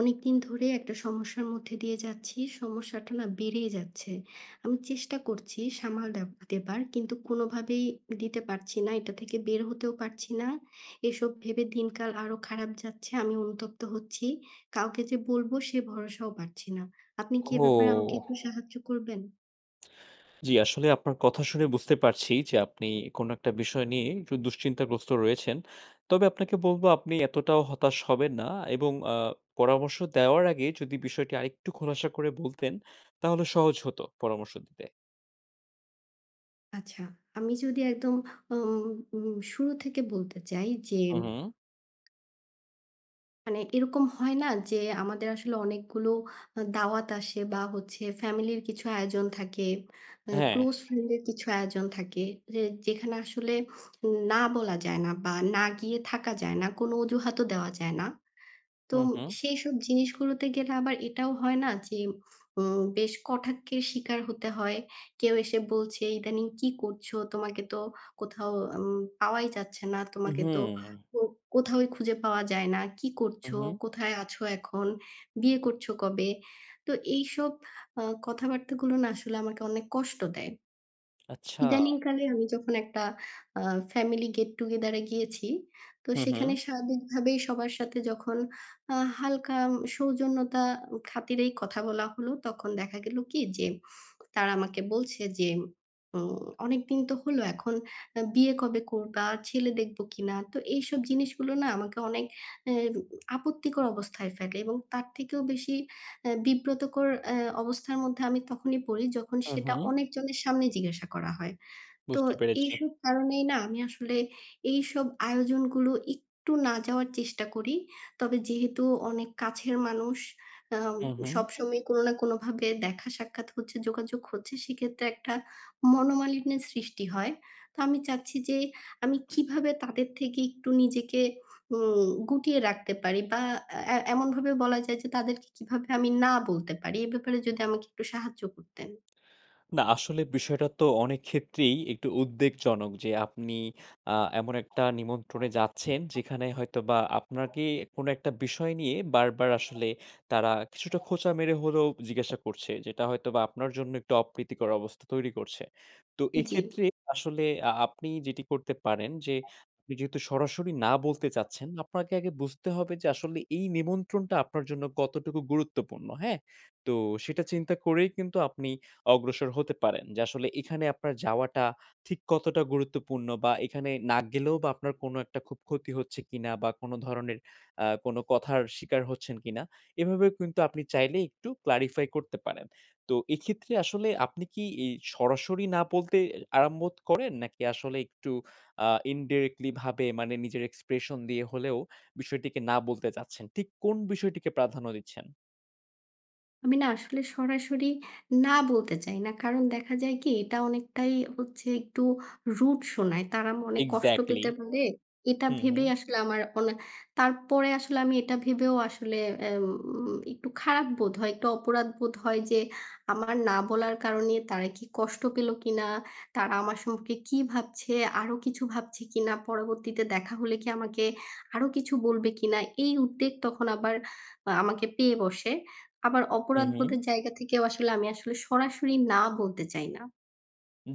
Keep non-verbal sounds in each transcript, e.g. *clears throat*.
অনেকদিন ধরে একটা সমস্যার মধ্যে দিয়ে যাচ্ছি। সমস্যাটা না বেড়েই যাচ্ছে। আমি চেষ্টা করছি সামাল দেব দেবার, কিন্তু কোনোভাবেই দিতে পারছি না। এটা থেকে বের হতেও পারছি না। এসব ভেবে দিনকাল আরো খারাপ যাচ্ছে। আমি অনুতপ্ত হচ্ছি। কাউকে যে বলবো সে ভরসাও পাচ্ছি না। আপনি কি এ ব্যাপারে আমাকে ও! একটু সাহায্য করবেন? জি, আসলে আপনার কথা শুনে বুঝতে পারছি যে আপনি কোনো একটা বিষয় নিয়ে একটু দুশ্চিন্তাগ্রস্ত রয়েছেন। তবে আপনাকে বলব আপনি এতটাও হতাশ হবেন না এবং পরামর্শ দেওয়ার আগে যদি বিষয়টি আরেকটু খোলাসা করে বলতেন তাহলে সহজ হতো পরামর্শ দিতে। আচ্ছা, আমি যদি একদম উম উম শুরু থেকে বলতে চাই যে, হু, হু। মানে এরকম হয় না যে আমাদের আসলে অনেকগুলো দাওয়াত আসে, বা হচ্ছে ফ্যামিলির কিছু আয়োজন থাকে, হ্যাঁ। ক্লোজ ফ্রেন্ডের কিছু আয়োজন থাকে। যে যেখানে আসলে না বলা যায় না, বা না গিয়ে থাকা যায় না। কোনো অজুহাতও দেওয়া যায় না। তো হু, হু। সেইসব জিনিসগুলোতে গেলে আবার এটাও হয় না যে বেশ কটাক্ষের শিকার হতে হয়। কেউ এসে বলছে, "ইদানিং কি করছো? তোমাকে তো কোথাও পাওয়াই যাচ্ছে না। তোমাকে তো হুম। কো কোথাওই খুঁজে পাওয়া যায় না। কি হু, করছো? হু। কোথায় আছো এখন? বিয়ে করছো কবে?" তো এইসব আ কথাবার্তাগুলো না আসলে আমাকে অনেক কষ্ট দেয়। আচ্ছা। ইদানিংকালে আমি যখন একটা আ ফ্যামিলি গেট টুগেদার এ গিয়েছি, তো হু, হু। সেখানে স্বাভাবিকভাবেই সবার সাথে যখন হালকা সৌজন্যতা খাতিরেই কথা বলা হলো, তখন দেখা গেল কি যে তারা আমাকে বলছে যে, "অনেকদিন তো হলো, এখন বিয়ে কবে করবা? ছেলে দেখব কিনা?" তো এইসব জিনিসগুলো না আমাকে অনেক অ্যা আপত্তিকর অবস্থায় ফেলে, এবং তার থেকেও বেশি বিব্রতকর অবস্থার মধ্যে আমি তখনই পড়ি যখন হু, সেটা হু। অনেকজনের সামনে জিজ্ঞাসা করা হয়। তো বুঝতে পেরেছি। এইসব কারণেই না আমি আসলে এইসব আয়োজনগুলো একটু না যাওয়ার চেষ্টা করি। তবে যেহেতু অনেক কাছের মানুষ, আম হু, হু। সবসময় কোনো না কোনোভাবে দেখা সাক্ষাৎ হচ্ছে, যোগাযোগ হচ্ছে, সেক্ষেত্রে একটা মনোমালিন্যের সৃষ্টি হয়। তো আমি চাচ্ছি যে আমি কিভাবে তাদের থেকে একটু নিজেকে গুটিয়ে রাখতে পারি, বা এমনভাবে বলা যায় যে তাদেরকে কিভাবে আমি না বলতে পারি? এ ব্যাপারে যদি আমাকে একটু সাহায্য করতেন। না আসলে বিষয়টা তো অনেক ক্ষেত্রেই একটু উদ্বেগজনক যে আপনি আ এমন একটা নিমন্ত্রণে যাচ্ছেন যেখানে হয়তোবা আপনাকে কোনো একটা বিষয় নিয়ে বারবার আসলে তারা কিছুটা খোঁচা মেরে হলেও জিজ্ঞাসা করছে। যেটা হয়তোবা আপনার জন্য একটু অপ্রীতিকর অবস্থা তৈরি করছে। তো জি। এক্ষেত্রে আসলে আপনি যেটি করতে পারেন যে আপনি যেহেতু সরাসরি না বলতে চাচ্ছেন, আপনাকে আগে বুঝতে হবে যে আসলে এই নিমন্ত্রণটা আপনার জন্য কতটুকু গুরুত্বপূর্ণ, হ্যাঁ? তো সেটা চিন্তা করেই কিন্তু আপনি অগ্রসর হতে পারেন। যে আসলে এখানে আপনার যাওয়াটা ঠিক কতটা গুরুত্বপূর্ণ বা এখানে না গেলেও বা আপনার কোনো একটা খুব ক্ষতি হচ্ছে কিনা বা কোনো ধরনের কোনো কথার শিকার হচ্ছেন কিনা, এভাবেও কিন্তু আপনি চাইলে একটু ক্লারিফাই করতে পারেন। তো এক্ষেত্রে আসলে আপনি কি এই সরাসরি না বলতে আরম্ভ করেন? নাকি আসলে একটু ইনডাইরেক্টলি ভাবে মানে নিজের এক্সপ্রেশন দিয়ে হলেও বিষয়টিকে না বলতে চাচ্ছেন? ঠিক কোন বিষয়টিকে প্রাধান্য দিচ্ছেন? আমি না আসলে সরাসরি না বলতে চাই না। কারণ দেখা যায় কি? এটা অনেকটাই হচ্ছে একটু রুড শোনায়। তারা মনে কষ্ট এক্সাক্টলি। পেতে পারে। এটা হু, হু। ভেবেই আসলে আমার অনে তারপরে আসলে আমি এটা ভেবেও আসলে এম একটু খারাপ বোধ হয়, একটু অপরাধ বোধ হয় যে আমার না বলার কারণে তারা কি কষ্ট পেল কিনা? তারা আমার সম্পর্কে কি ভাবছে? আরো কিছু ভাবছে কিনা? পরবর্তীতে দেখা হলে কি আমাকে আরো কিছু বলবে কিনা? এই উদ্বেগ তখন আবার আমাকে পেয়ে বসে। আবার হু, হু। অপরাধবোধের জায়গা থেকেও আসলে আমি আসলে সরাসরি না বলতে চাই না।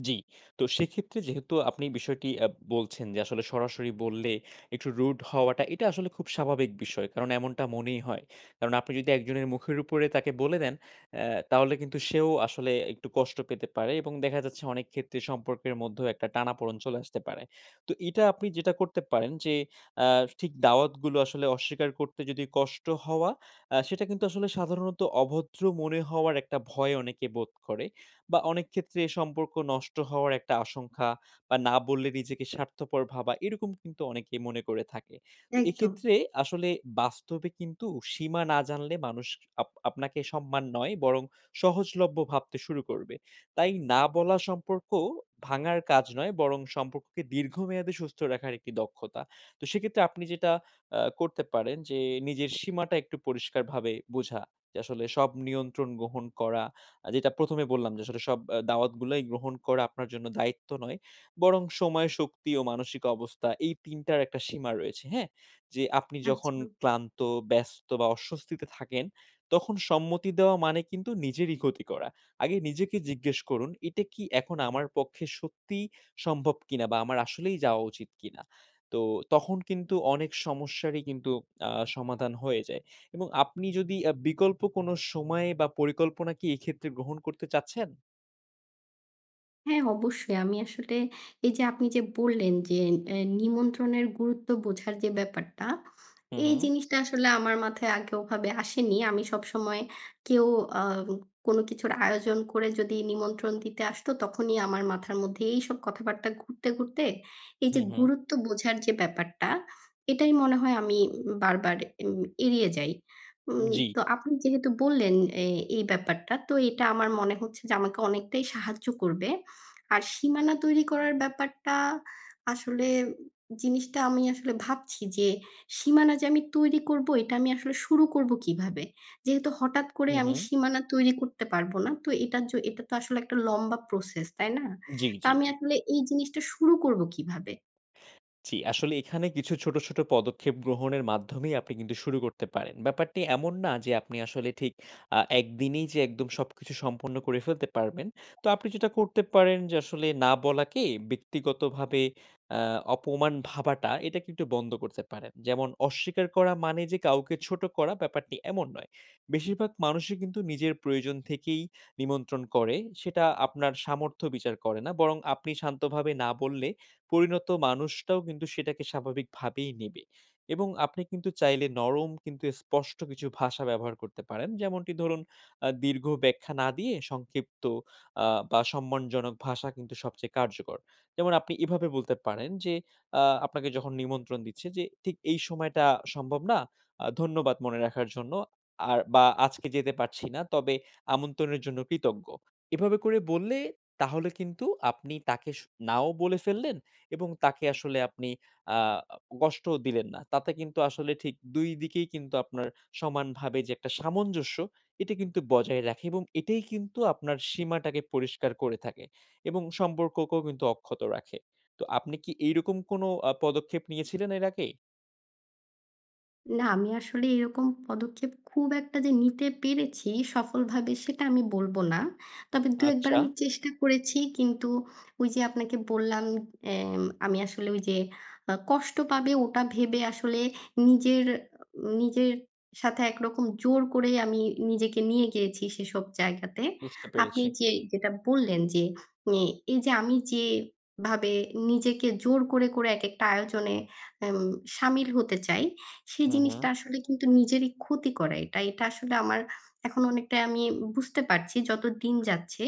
জি। তো সেক্ষেত্রে যেহেতু আপনি বিষয়টি বলছেন যে আসলে সরাসরি বললে একটু রুড হওয়াটা এটা আসলে খুব স্বাভাবিক বিষয়। কারণ এমনটা মনেই হয়। কারণ আপনি যদি একজনের মুখের উপরে তাকে বলে দেন তাহলে কিন্তু সেও আসলে একটু কষ্ট পেতে পারে এবং দেখা যাচ্ছে অনেক ক্ষেত্রে সম্পর্কের মধ্যেও একটা টানাপোড়েন চলে আসতে পারে। তো এটা আপনি যেটা করতে পারেন যে আ ঠিক দাওয়াতগুলো আসলে অস্বীকার করতে যদি কষ্ট হওয়া সেটা কিন্তু আসলে সাধারণত অভদ্র মনে হওয়ার একটা ভয় অনেকে বোধ করে। বা অনেক ক্ষেত্রে এ সম্পর্ক নষ্ট হওয়ার একটা আশঙ্কা বা না বললে নিজেকে স্বার্থপর ভাবা এরকম কিন্তু অনেকেই মনে করে থাকে। তো একদম। এক্ষেত্রে আসলে বাস্তবে কিন্তু সীমা না জানলে মানুষ আপনাকে সম্মান নয় বরং সহজলভ্য ভাবতে শুরু করবে। তাই না বলা সম্পর্ক ভাঙার কাজ নয় বরং সম্পর্ককে দীর্ঘমেয়াদে সুস্থ রাখার একটি দক্ষতা। তো সেক্ষেত্রে আপনি যেটা করতে পারেন যে নিজের সীমাটা একটু পরিষ্কারভাবে বোঝা। যে আসলে সব নিয়ন্ত্রণ গ্রহণ করা যেটা ১ম এ বললাম যে আসলে সব দাওয়াতগুলাই গ্রহণ করা আপনার জন্য দায়িত্ব নয়। বরং সময়, শক্তি ও মানসিক অবস্থা এই ৩ টার একটা সীমা রয়েছে, হ্যাঁ? যে আপনি যখন ক্লান্ত, ব্যস্ত বা অস্বস্তিতে থাকেন, তখন সম্মতি দেওয়া মানে কিন্তু নিজেরই ক্ষতি করা। আগে নিজেকে জিজ্ঞেস করুন, "এটা কি এখন আমার পক্ষে সত্যিই সম্ভব কিনা বা আমার আসলেই যাওয়া উচিত কিনা?" তো তখন কিন্তু অনেক সমস্যারই কিন্তু সমাধান হয়ে যায়। এবং আপনি যদি বিকল্প কোনো সময় বা পরিকল্পনা কি এক্ষেত্রে গ্রহণ করতে চাচ্ছেন? হ্যাঁ, অবশ্যই। আমি আসলে এই যে আপনি যে বললেন যে, নিমন্ত্রণের গুরুত্ব বোঝার যে ব্যাপারটা, হু, এই হু, জিনিসটা আসলে আমার মাথায় আগে ওভাবে আসেনি। আমি সবসময় কেউ আ কোনো কিছুর আয়োজন করে যদি নিমন্ত্রণ দিতে আসতো, তখনই আমার মাথার মধ্যে এইসব কথাবার্তা ঘুরতে, ঘুরতে এই হু, যে হু। গুরুত্ব বোঝার যে ব্যাপারটা, এটাই মনে হয় আমি বারবার এড়িয়ে যাই। জি। তো আপনি যেহেতু বললেন এ এই ব্যাপারটা, তো এটা আমার মনে হচ্ছে যে আমাকে অনেকটাই সাহায্য করবে। আর সীমানা তৈরি করার ব্যাপারটা, আসলে জিনিসটা আমি আসলে ভাবছি যে সীমানা যে আমি তৈরি করব, এটা আমি আসলে শুরু করব কিভাবে? যেহেতু হঠাৎ করে হু, আমি হু। সীমানা তৈরি করতে পারব না। তো এটা তো আসলে একটা লম্বা প্রসেস, তাই না? জি, তো জি, আমি জি। আসলে এই জিনিসটা শুরু করব কিভাবে? জি, আসলে এখানে কিছু ছোট, ছোট পদক্ষেপ গ্রহণের মাধ্যমেই আপনি কিন্তু শুরু করতে পারেন। ব্যাপারটি এমন না যে আপনি আসলে ঠিক একদিনেই যে একদম সবকিছু সম্পন্ন করে ফেলতে পারবেন। তো আপনি যেটা করতে পারেন যে আসলে না বলাকে ব্যক্তিগতভাবে আ অপমান ভাবাটা এটা কিন্তু বন্ধ করতে পারেন। যেমন অস্বীকার করা মানে যে কাউকে ছোট করা ব্যাপারটি এমন নয়। বেশিরভাগ মানুষই কিন্তু নিজের প্রয়োজন থেকেই নিমন্ত্রণ করে। সেটা আপনার সামর্থ্য বিচার করে না। বরং আপনি শান্তভাবে না বললে পরিণত মানুষটাও কিন্তু সেটাকে স্বাভাবিকভাবেই নেবে এবং আপনি কিন্তু চাইলে নরম কিন্তু স্পষ্ট কিছু ভাষা ব্যবহার করতে পারেন। যেমনটি ধরুন দীর্ঘ ব্যাখ্যা না দিয়ে সংক্ষিপ্ত আ বা সম্মানজনক ভাষা কিন্তু সবচেয়ে কার্যকর। যেমন আপনি এভাবে বলতে পারেন যে, আপনাকে যখন নিমন্ত্রণ দিচ্ছে যে, "ঠিক এই সময়টা সম্ভব না। আ ধন্যবাদ মনে রাখার জন্য। আর বা আজকে যেতে পারছি না। তবে আমন্ত্রণের জন্য কৃতজ্ঞ।" এভাবে করে বললে তাহলে কিন্তু আপনি তাকে নাও বলে ফেললেন। এবং তাকে আসলে আপনি আ কষ্টও দিলেন না। তাতে কিন্তু আসলে ঠিক ২ দিকেই কিন্তু আপনার সমানভাবে যে একটা সামঞ্জস্য, এটা কিন্তু বজায় রাখে এবং এটাই কিন্তু আপনার সীমাটাকে পরিষ্কার করে থাকে এবং সম্পর্ককেও কিন্তু অক্ষত রাখে। তো আপনি কি এইরকম কোনো পদক্ষেপ নিয়েছিলেন এর আগে? না, আমি আসলে এরকম পদক্ষেপ খুব একটা যে নিতে পেরেছি সফলভাবে, সেটা আমি বলব না। তবে ২-১ বার আচ্ছা, আমি চেষ্টা করেছি। কিন্তু ওই যে আপনাকে বললাম আমি আসলে ওই যে কষ্ট পাবে ওটা ভেবে আসলে নিজের নিজের সাথে একরকম জোর করে আমি নিজেকে নিয়ে গিয়েছি সেসব জায়গাতে। বুঝতে আপনি পেরেছি। যেটা বললেন যে, এ এই যে আমি যেভাবে নিজেকে জোর করে, করে একেকটা আয়োজনে এম শামিল হতে চাই, সেই হু, হু। জিনিসটা আসলে কিন্তু নিজেরই ক্ষতি করা এটা। এটা আসলে আমার এখন অনেকটা আমি বুঝতে পারছি যত দিন যাচ্ছে।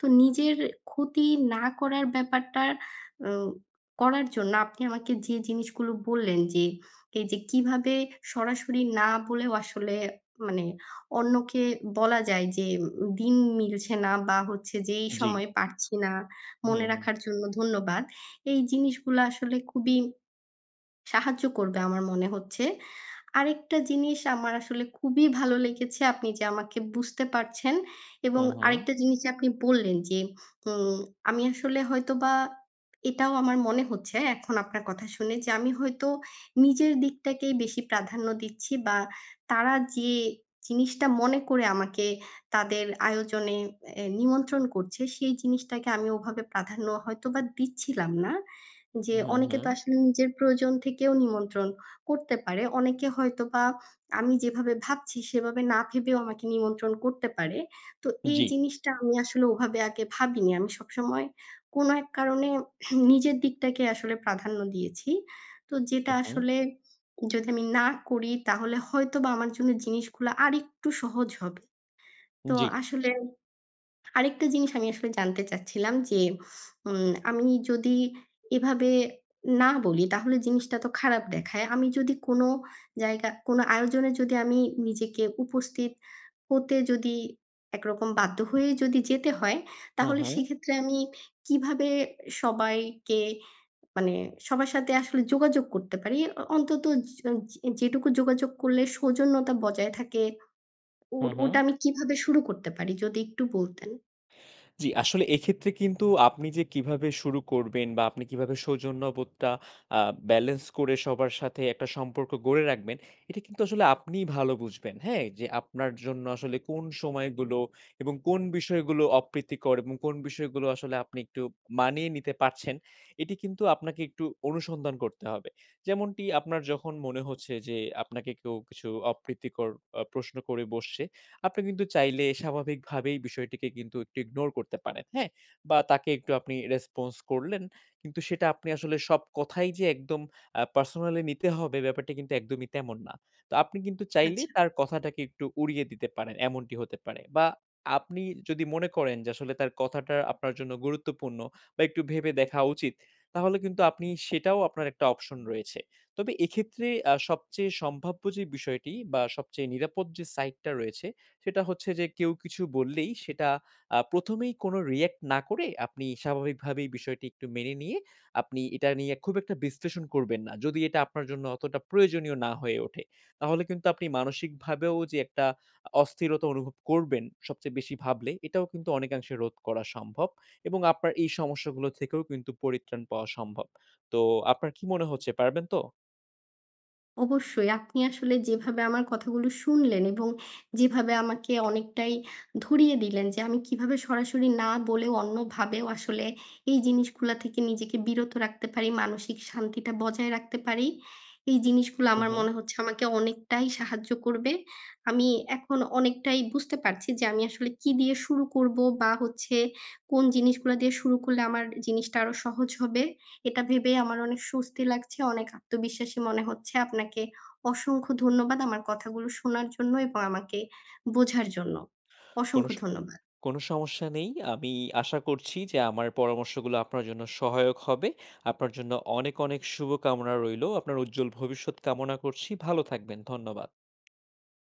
তো নিজের ক্ষতি না করার ব্যাপারটা অ করার জন্য আপনি আমাকে যে জিনিসগুলো বললেন যে, এই যে কিভাবে সরাসরি না বলেও আসলে, মানে অন্যকে বলা যায় যে, দিন মিলছে না, বা হচ্ছে যে এই জি। সময় পারছি না, হু, মনে হু। রাখার জন্য ধন্যবাদ। এই জিনিসগুলো আসলে খুবই সাহায্য করবে আমার মনে হচ্ছে। আরেকটা জিনিস আমার আসলে খুবই ভালো লেগেছে, আপনি যে আমাকে বুঝতে পারছেন, এবং হু, হু। আরেকটা জিনিস যে আপনি বললেন যে, উম আমি আসলে হয়তোবা, এটাও আমার মনে হচ্ছে এখন আপনার কথা শুনে যে আমি হয়তো নিজের দিকটাকেই বেশি প্রাধান্য দিচ্ছি, বা তারা যে জিনিসটা মনে করে আমাকে তাদের আয়োজনে নিমন্ত্রণ করছে, সেই জিনিসটাকে আমি ওভাবে প্রাধান্য হয়তোবা দিচ্ছিলাম না। যে হু, অনেকে হু। তো আসলে নিজের প্রয়োজন থেকেও নিমন্ত্রণ করতে পারে। অনেকে হয়তোবা আমি যেভাবে ভাবছি সেভাবে না ভেবেও আমাকে নিমন্ত্রণ করতে পারে। তো এই জি। জিনিসটা আমি আসলে ওভাবে আগে ভাবিনি। আমি সবসময় কোনো এক কারণে *clears throat* নিজের দিকটাকে আসলে প্রাধান্য দিয়েছি। তো যেটা হু, হু। আসলে যদি আমি না করি, তাহলে হয়তোবা আমার জন্য জিনিসগুলা আরেকটু সহজ হবে। তো জি। আসলে আরেকটা জিনিস আমি আসলে জানতে চাচ্ছিলাম যে, আমি যদি এভাবে না বলি, তাহলে জিনিসটা তো খারাপ দেখায়। আমি যদি কোনো জায়গা, কোনো আয়োজনে যদি আমি নিজেকে উপস্থিত হতে যদি একরকম বাধ্য হয়ে যদি যেতে হয়, হু, তাহলে হু। সেক্ষেত্রে আমি কিভাবে সবাইকে, মানে সবার সাথে আসলে যোগাযোগ করতে পারি? অন্তত য যে যেটুকু যোগাযোগ করলে সৌজন্যতা বজায় থাকে, হু, ওর হু। ওটা আমি কিভাবে শুরু করতে পারি? যদি একটু বলতেন। জি, আসলে এক্ষেত্রে কিন্তু আপনি যে কিভাবে শুরু করবেন বা আপনি কিভাবে সৌজন্যবোধটা আ ব্যালেন্স করে সবার সাথে একটা সম্পর্ক গড়ে রাখবেন, এটা কিন্তু আসলে আপনিই ভালো বুঝবেন, হ্যাঁ? যে আপনার জন্য আসলে কোন সময়গুলো এবং কোন বিষয়গুলো অপ্রীতিকর এবং কোন বিষয়গুলো আসলে আপনি একটু মানিয়ে নিতে পারছেন, এটি কিন্তু আপনাকে একটু অনুসন্ধান করতে হবে। যেমনটি আপনার যখন মনে হচ্ছে যে আপনাকে কেউ কিছু অপ্রীতিকর প্রশ্ন করে বসছে আপনি কিন্তু চাইলে স্বাভাবিকভাবেই বিষয়টিকে কিন্তু একটু ইগনোর করতে পারেন, হ্যাঁ? বা তাকে একটু আপনি রেসপন্স করলেন। কিন্তু সেটা আপনি আসলে সব কথাই যে একদম পার্সোনালি নিতে হবে ব্যাপারটা কিন্তু একদমই তেমন না। তো আপনি কিন্তু চাইলে আচ্ছা। তার কথাটাকে একটু উড়িয়ে দিতে পারেন, এমনটি হতে পারে। বা আপনি যদি মনে করেন যে আসলে তার কথাটা আপনার জন্য গুরুত্বপূর্ণ বা একটু ভেবে দেখা উচিত, তাহলে কিন্তু আপনি সেটাও আপনার একটা অপশন রয়েছে। তবে এক্ষেত্রে সবচেয়ে সম্ভাব্য যে বিষয়টি বা সবচেয়ে নিরাপদ যে সাইড টা রয়েছে সেটা হচ্ছে যে কেউ কিছু বললেই সেটা ১ম এই কোনো রিঅ্যাক্ট না করে আপনি স্বাভাবিকভাবেই বিষয়টি একটু মেনে নিয়ে আপনি এটা নিয়ে খুব একটা বিশ্লেষণ করবেন না। যদি এটা আপনার জন্য অতটা প্রয়োজনীয় না হয়ে ওঠে। তাহলে কিন্তু আপনি মানসিকভাবেও যে একটা অস্থিরতা অনুভব করবেন সবচেয়ে বেশি ভাবলে, এটাও কিন্তু অনেকাংশে রোধ করা সম্ভব এবং আপনার এই সমস্যাগুলো থেকেও কিন্তু পরিত্রাণ পাওয়া সম্ভব। তো আপনার কি মনে হচ্ছে পারবেন তো? অবশ্যই। আপনি আসলে যেভাবে আমার কথাগুলো শুনলেন এবং যেভাবে আমাকে অনেকটাই ধরিয়ে দিলেন যে আমি কিভাবে সরাসরি না বলেও অন্যভাবেও আসলে এই জিনিসগুলা থেকে নিজেকে বিরত রাখতে পারি, মানসিক শান্তিটা বজায় রাখতে পারি। এই জিনিসগুলো হু, আমার হু। মনে হচ্ছে আমাকে অনেকটাই সাহায্য করবে। আমি এখন অনেকটাই বুঝতে পারছি যে আমি আসলে কি দিয়ে শুরু করব, বা হচ্ছে কোন জিনিসগুলা দিয়ে শুরু করলে আমার জিনিসটা আরো সহজ হবে। এটা ভেবে আমার অনেক স্বস্তি লাগছে, অনেক আত্মবিশ্বাসী মনে হচ্ছে। আপনাকে অসংখ্য ধন্যবাদ আমার কথাগুলো শোনার জন্য এবং আমাকে বোঝার জন্য। কোনো অসংখ্য ধন্যবাদ। কোনো সমস্যা নেই। আমি আশা করছি যে আমার পরামর্শগুলো আপনার জন্য সহায়ক হবে। আপনার জন্য অনেক, অনেক শুভকামনা রইলো। আপনার উজ্জ্বল ভবিষ্যৎ কামনা করছি। ভালো থাকবেন। ধন্যবাদ।